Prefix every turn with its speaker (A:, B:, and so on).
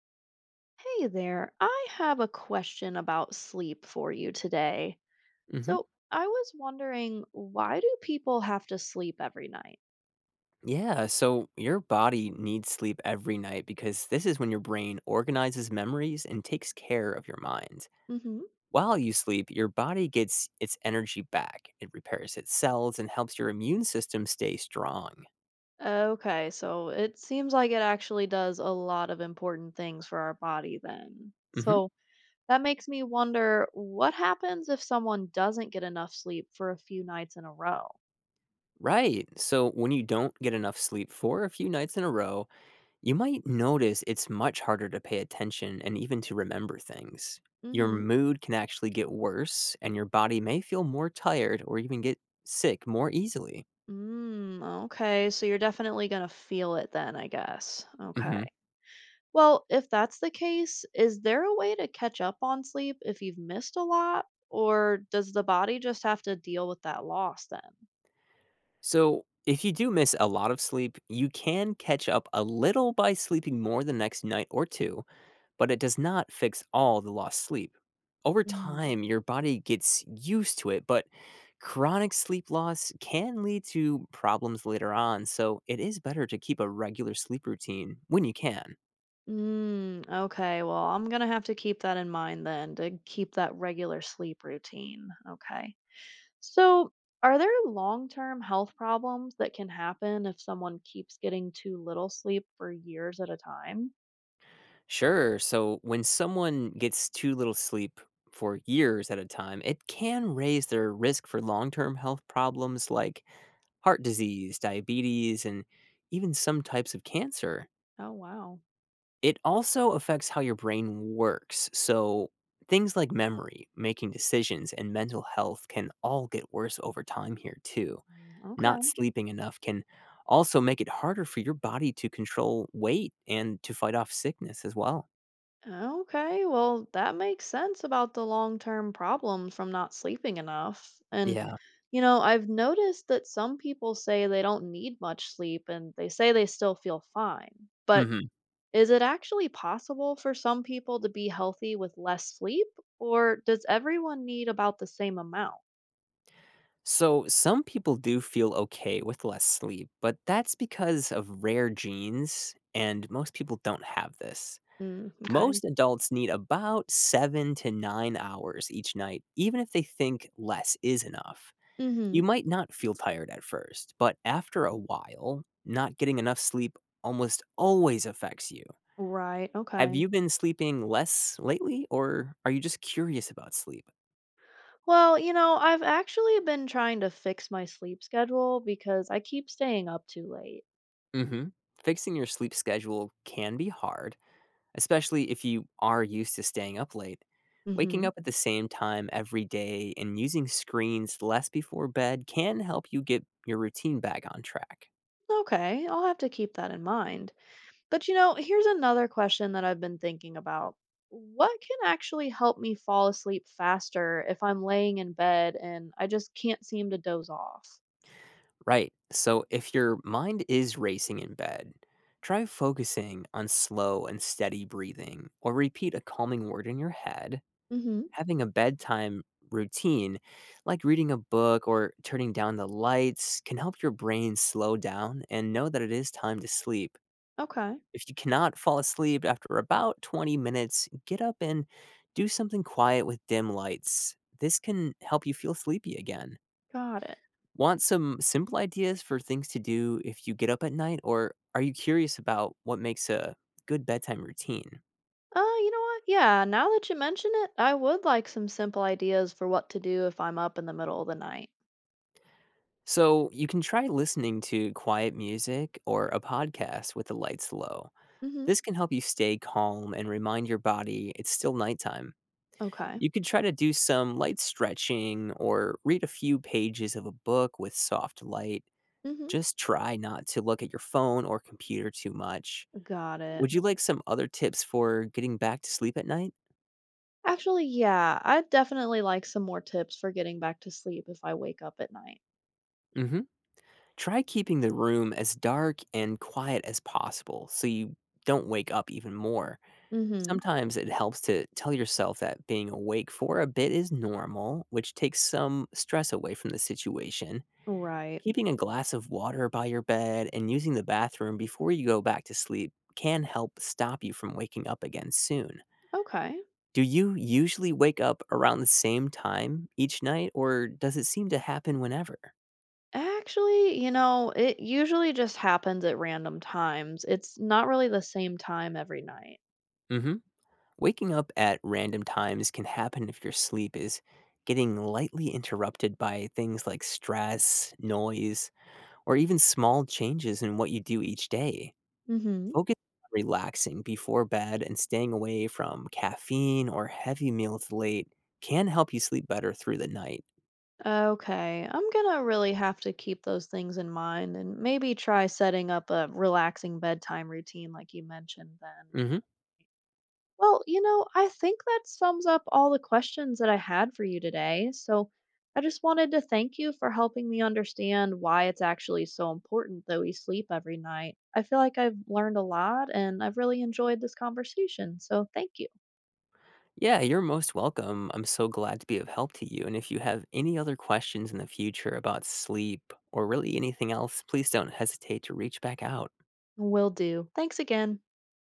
A: Hey there. I have a question about sleep for you today.
B: Mhm.
A: So, I was wondering, why do people have to sleep every night?
B: Yeah, so your body needs sleep every night because this is when your brain organizes memories and takes care of your mind.
A: Hmm.
B: While you sleep, your body gets its energy back. It repairs its cells and helps your immune system stay strong.
A: Okay, so it seems like it actually does a lot of important things for our body then.
B: Mhm.
A: So, that makes me wonder what happens if someone doesn't get enough sleep for a few nights in a row?
B: Right. So when you don't get enough sleep for a few nights in a row, you might notice it's much harder to pay attention and even to remember things. Your
A: Mm-hmm.
B: mood can actually get worse, and your body may feel more tired or even get sick more easily.
A: Mm, okay, so you're definitely going to feel it then, I guess. Okay.
B: Hmm.
A: Well, if that's the case, is there a way to catch up on sleep if you've missed a lot? Or does the body just have to deal with that loss then?
B: So, if you do miss a lot of sleep, you can catch up a little by sleeping more the next night or two, but it does not fix all the lost sleep. Over
A: Mm.
B: time, your body gets used to it, but chronic sleep loss can lead to problems later on, so it is better to keep a regular sleep routine when you can.
A: Mm, okay, well, I'm gonna have to keep that in mind then to keep that regular sleep routine. Okay. So, are there long term health problems that can happen if someone keeps getting too little sleep for years at a time?
B: Sure, so when someone gets too little sleep for years at a time, it can raise their risk for long term health problems like heart disease, diabetes, and even some types of cancer.
A: Oh, wow.
B: It also affects how your brain works. So, things like memory, making decisions, and mental health can all get worse over time here, too.
A: Mm.
B: Not
A: Okay.
B: sleeping enough can also make it harder for your body to control weight and to fight off sickness as well.
A: Okay, well, that makes sense about the long term problems from not sleeping enough. And,
B: Yeah.
A: you know, I've noticed that some people say they don't need much sleep and they say they still feel fine. But
B: Hmm.
A: is it actually possible for some people to be healthy with less sleep, or does everyone need about the same amount?
B: So, some people do feel okay with less sleep, but that's because of rare genes, and most people don't have this.
A: Mm, okay.
B: Most adults need about 7 to 9 hours each night, even if they think less is enough. You
A: Mm-hmm.
B: might not feel tired at first, but after a while, not getting enough sleep almost always affects you.
A: Right.
B: Have
A: Okay.
B: you been sleeping less lately, or are you just curious about sleep?
A: Well, you know, I've actually been trying to fix my sleep schedule because I keep staying up too late.
B: Hmm. Fixing your sleep schedule can be hard, especially if you are used to staying up late. Waking
A: Mm-hmm.
B: up at the same time every day and using screens less before bed can help you get your routine back on track.
A: Okay, I'll have to keep that in mind. But you know, here's another question that I've been thinking about. What can actually help me fall asleep faster if I'm laying in bed and I just can't seem to doze off?
B: Right, so if your mind is racing in bed, try focusing on slow and steady breathing or repeat a calming word in your head.
A: Mhm.
B: Having a bedtime routine, like reading a book or turning down the lights, can help your brain slow down and know that it is time to sleep.
A: Okay.
B: If you cannot fall asleep after about 20 minutes, get up and do something quiet with dim lights. This can help you feel sleepy again.
A: Got it.
B: Want some simple ideas for things to do if you get up at night, or are you curious about what makes a good bedtime routine?
A: You know what? Yeah, now that you mention it, I would like some simple ideas for what to do if I'm up in the middle of the night.
B: So, you can try listening to quiet music or a podcast with the lights low.
A: Mhm.
B: This can help you stay calm and remind your body it's still nighttime.
A: Okay.
B: You could try to do some light stretching or read a few pages of a book with soft light.
A: Mhm.
B: Just try not to look at your phone or computer too much.
A: Got it.
B: Would you like some other tips for getting back to sleep at night?
A: Actually, yeah, I'd definitely like some more tips for getting back to sleep if I wake up at night.
B: Hmm. Try keeping the room as dark and quiet as possible so you don't wake up even more.
A: Mhm.
B: Sometimes it helps to tell yourself that being awake for a bit is normal, which takes some stress away from the situation.
A: Right.
B: Keeping a glass of water by your bed and using the bathroom before you go back to sleep can help stop you from waking up again soon.
A: Okay.
B: Do you usually wake up around the same time each night, or does it seem to happen whenever?
A: Actually, you know, it usually just happens at random times. It's not really the same time every night.
B: Hmm. Waking up at random times can happen if your sleep is getting lightly interrupted by things like stress, noise, or even small changes in what you do each day.
A: Mhm.
B: Focus on relaxing before bed and staying away from caffeine or heavy meals late can help you sleep better through the night.
A: Okay. I'm going to really have to keep those things in mind and maybe try setting up a relaxing bedtime routine like you mentioned then.
B: Hmm.
A: Well, you know, I think that sums up all the questions that I had for you today. So I just wanted to thank you for helping me understand why it's actually so important that we sleep every night. I feel like I've learned a lot and I've really enjoyed this conversation. So thank you.
B: Yeah, you're most welcome. I'm so glad to be of help to you. And if you have any other questions in the future about sleep or really anything else, please don't hesitate to reach back out.
A: Will do. Thanks again.